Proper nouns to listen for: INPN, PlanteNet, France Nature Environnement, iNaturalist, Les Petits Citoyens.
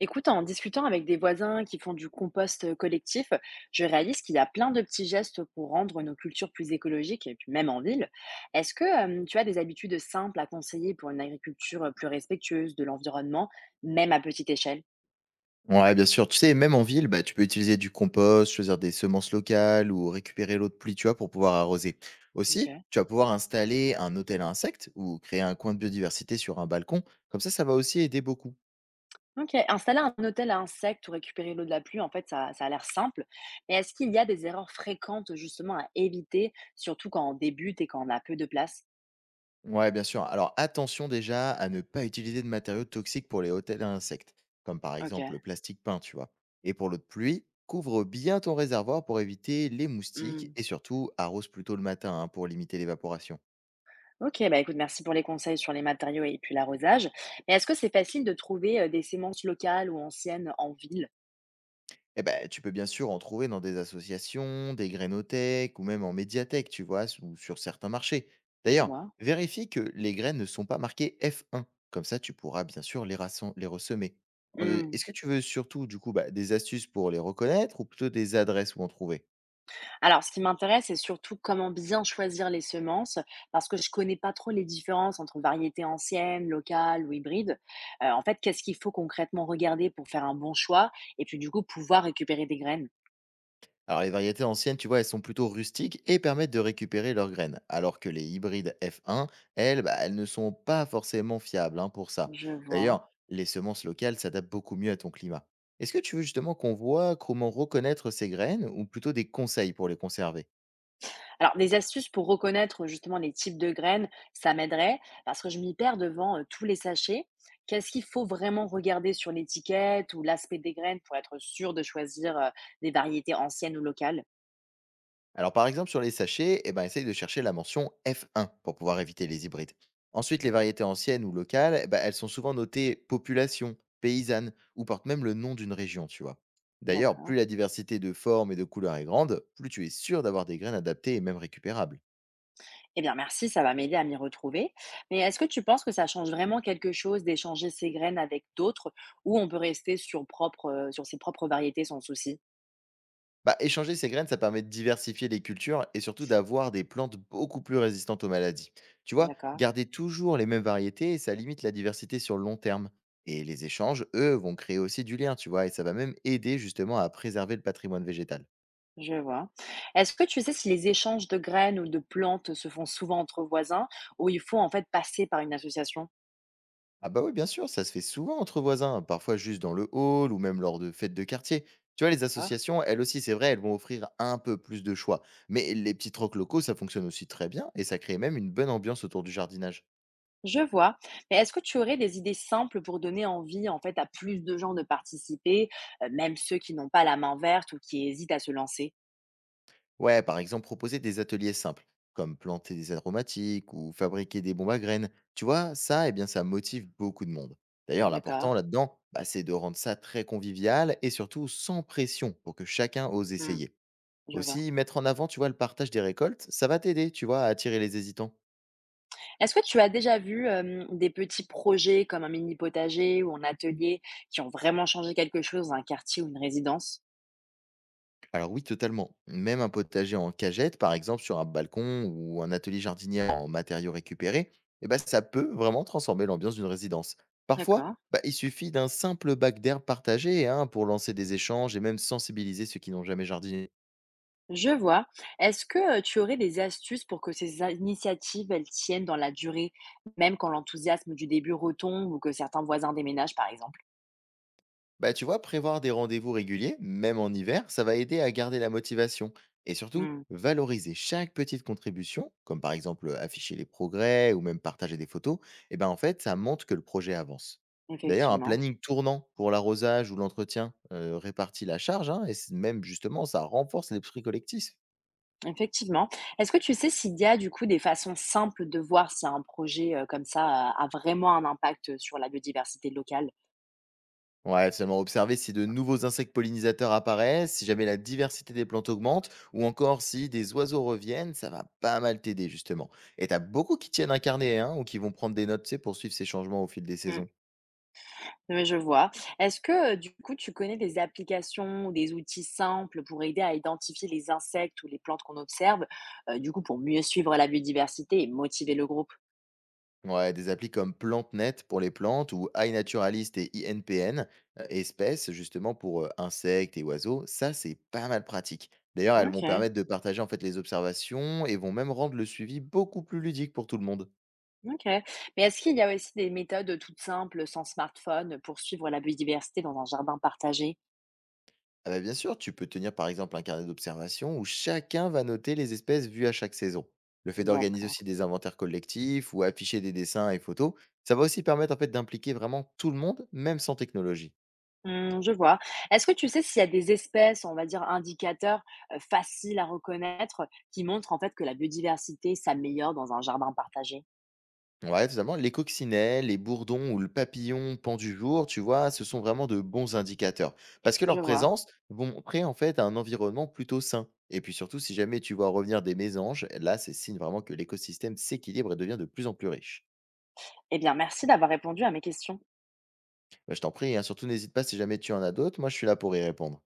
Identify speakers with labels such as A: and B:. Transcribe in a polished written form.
A: Écoute, en discutant avec des voisins qui font du compost collectif, je réalise qu'il y a plein de petits gestes pour rendre nos cultures plus écologiques, et puis même en ville. Est-ce que tu as des habitudes simples à conseiller pour une agriculture plus respectueuse de l'environnement, même à petite échelle?
B: Ouais, bien sûr. Tu sais, même en ville, bah, tu peux utiliser du compost, choisir des semences locales ou récupérer l'eau de pluie, tu vois, pour pouvoir arroser. Aussi,
A: Ok.
B: tu vas pouvoir installer un hôtel à insectes ou créer un coin de biodiversité sur un balcon. Comme ça va aussi aider beaucoup.
A: Ok. Installer un hôtel à insectes ou récupérer l'eau de la pluie, en fait, ça a l'air simple. Mais est-ce qu'il y a des erreurs fréquentes justement à éviter, surtout quand on débute et quand on a peu de place?
B: Ouais, bien sûr. Alors, attention déjà à ne pas utiliser de matériaux toxiques pour les hôtels à insectes, comme par
A: Ok.
B: exemple le plastique peint, tu vois. Et pour l'eau de pluie, couvre bien ton réservoir pour éviter les moustiques et surtout arrose plutôt le matin hein, pour limiter l'évaporation.
A: OK, bah, écoute, merci pour les conseils sur les matériaux et puis l'arrosage. Mais est-ce que c'est facile de trouver des semences locales ou anciennes en ville?
B: Eh ben, tu peux bien sûr en trouver dans des associations, des grainothèques ou même en médiathèque, tu vois, ou sur certains marchés.
A: Je
B: D'ailleurs,
A: vois.
B: vérifie que les graines ne sont pas marquées F1. Comme ça, tu pourras bien sûr les, les ressemer.
A: Hmm.
B: Est-ce que tu veux surtout, du coup, bah, des astuces pour les reconnaître ou plutôt des adresses où en trouver?
A: Alors, ce qui m'intéresse, c'est surtout comment bien choisir les semences, parce que je connais pas trop les différences entre variétés anciennes, locales ou hybrides. En fait, qu'est-ce qu'il faut concrètement regarder pour faire un bon choix et puis du coup pouvoir récupérer des graines?
B: Alors les variétés anciennes, tu vois, elles sont plutôt rustiques et permettent de récupérer leurs graines, alors que les hybrides F1, elles, bah, elles ne sont pas forcément fiables hein, pour ça.
A: Je vois.
B: D'ailleurs, les semences locales s'adaptent beaucoup mieux à ton climat. Est-ce que tu veux justement qu'on voit comment reconnaître ces graines ou plutôt des conseils pour les conserver?
A: Alors, des astuces pour reconnaître justement les types de graines, ça m'aiderait parce que je m'y perds devant tous les sachets. Qu'est-ce qu'il faut vraiment regarder sur l'étiquette ou l'aspect des graines pour être sûr de choisir des variétés anciennes ou locales?
B: Alors, par exemple, sur les sachets, eh ben, essaye de chercher la mention F1 pour pouvoir éviter les hybrides. Ensuite, les variétés anciennes ou locales, eh ben, elles sont souvent notées population, paysanne ou portent même le nom d'une région, tu vois. D'ailleurs, plus
A: D'accord.
B: la diversité de formes et de couleurs est grande, plus tu es sûr d'avoir des graines adaptées et même récupérables.
A: Eh bien, merci, ça va m'aider à m'y retrouver. Mais est-ce que tu penses que ça change vraiment quelque chose d'échanger ces graines avec d'autres ou on peut rester sur sur ses propres variétés sans souci?
B: Bah, échanger ces graines, ça permet de diversifier les cultures et surtout d'avoir des plantes beaucoup plus résistantes aux maladies. Tu vois,
A: D'accord.
B: garder toujours les mêmes variétés, ça limite la diversité sur le long terme. Et les échanges, eux, vont créer aussi du lien, tu vois, et ça va même aider justement à préserver le patrimoine végétal.
A: Je vois. Est-ce que tu sais si les échanges de graines ou de plantes se font souvent entre voisins ou il faut en fait passer par une association?
B: Ah bah oui, bien sûr, ça se fait souvent entre voisins, parfois juste dans le hall ou même lors de fêtes de quartier. Tu vois, les
A: Ah.
B: associations, elles aussi, c'est vrai, elles vont offrir un peu plus de choix. Mais les petits trocs locaux, ça fonctionne aussi très bien et ça crée même une bonne ambiance autour du jardinage.
A: Je vois. Mais est-ce que tu aurais des idées simples pour donner envie en fait à plus de gens de participer, même ceux qui n'ont pas la main verte ou qui hésitent à se lancer?
B: Ouais, par exemple, proposer des ateliers simples, comme planter des aromatiques ou fabriquer des bombes à graines. Tu vois, ça, eh bien, ça motive beaucoup de monde. D'ailleurs,
A: D'accord.
B: l'important là-dedans, bah, c'est de rendre ça très convivial et surtout sans pression pour que chacun ose
A: Hmm,
B: essayer.
A: je vois.
B: Aussi, mettre en avant, tu vois, le partage des récoltes, ça va t'aider, tu vois, à attirer les hésitants.
A: Est-ce que tu as déjà vu des petits projets comme un mini potager ou un atelier qui ont vraiment changé quelque chose dans un quartier ou une résidence?
B: Alors oui, totalement. Même un potager en cagette, par exemple sur un balcon ou un atelier jardinier en matériaux récupérés, eh ben, ça peut vraiment transformer l'ambiance d'une résidence. Parfois,
A: D'accord.
B: bah, il suffit d'un simple bac d'herbe partagé hein, pour lancer des échanges et même sensibiliser ceux qui n'ont jamais jardiné.
A: Je vois. Est-ce que, tu aurais des astuces pour que ces a initiatives, elles tiennent dans la durée, même quand l'enthousiasme du début retombe ou que certains voisins déménagent, par exemple?
B: Bah, tu vois, prévoir des rendez-vous réguliers, même en hiver, ça va aider à garder la motivation. Et surtout,
A: Mmh,
B: valoriser chaque petite contribution, comme par exemple afficher les progrès ou même partager des photos, et ben en fait, ça montre que le projet avance. D'ailleurs, un
A: effectivement,
B: planning tournant pour l'arrosage ou l'entretien répartit la charge, hein, même justement, ça renforce l'esprit collectif.
A: effectivement. Est-ce que tu sais s'il y a, du coup, des façons simples de voir si un projet, comme ça a vraiment un impact, sur la biodiversité locale?
B: Ouais, seulement observer si de nouveaux insectes pollinisateurs apparaissent, si jamais la diversité des plantes augmente, ou encore si des oiseaux reviennent, ça va pas mal t'aider justement. Et t'as beaucoup qui tiennent un carnet, hein, ou qui vont prendre des notes, tu sais, pour suivre ces changements au fil des
A: Mmh.
B: saisons.
A: Oui, je vois. Est-ce que, du coup, tu connais des applications ou des outils simples pour aider à identifier les insectes ou les plantes qu'on observe? Du coup, pour mieux suivre la biodiversité et motiver le groupe?
B: Ouais, des applis comme PlanteNet pour les plantes, ou iNaturalist et INPN, espèces justement pour insectes et oiseaux, ça c'est pas mal pratique. D'ailleurs, elles vont
A: OK,
B: permettre de partager en fait les observations et vont même rendre le suivi beaucoup plus ludique pour tout le monde.
A: OK. Mais est-ce qu'il y a aussi des méthodes, toutes simples, sans smartphone, pour suivre la biodiversité dans un jardin partagé?
B: Ah bah, bien sûr, tu peux tenir par exemple un carnet d'observation où chacun va noter les espèces vues à chaque saison. Le fait d'organiser
A: D'accord.
B: aussi des inventaires collectifs ou afficher des dessins et photos, ça va aussi permettre en fait d'impliquer vraiment tout le monde, même sans technologie.
A: Mmh, je vois. Est-ce que tu sais s'il y a des espèces, on va dire, indicateurs, faciles à reconnaître, qui montrent, en fait, que la biodiversité s'améliore dans un jardin partagé?
B: Ouais, totalement. Les coccinelles, les bourdons ou le papillon pan du jour, tu vois, ce sont vraiment de bons indicateurs. Parce que
A: Je
B: leur
A: vois.
B: présence vont montrer en fait un environnement plutôt sain. Et puis surtout, si jamais tu vois revenir des mésanges, là, c'est signe vraiment que l'écosystème s'équilibre et devient de plus en plus riche.
A: Eh bien, merci d'avoir répondu à mes questions.
B: Bah, je t'en prie, hein, surtout n'hésite pas si jamais tu en as d'autres. Moi, je suis là pour y répondre.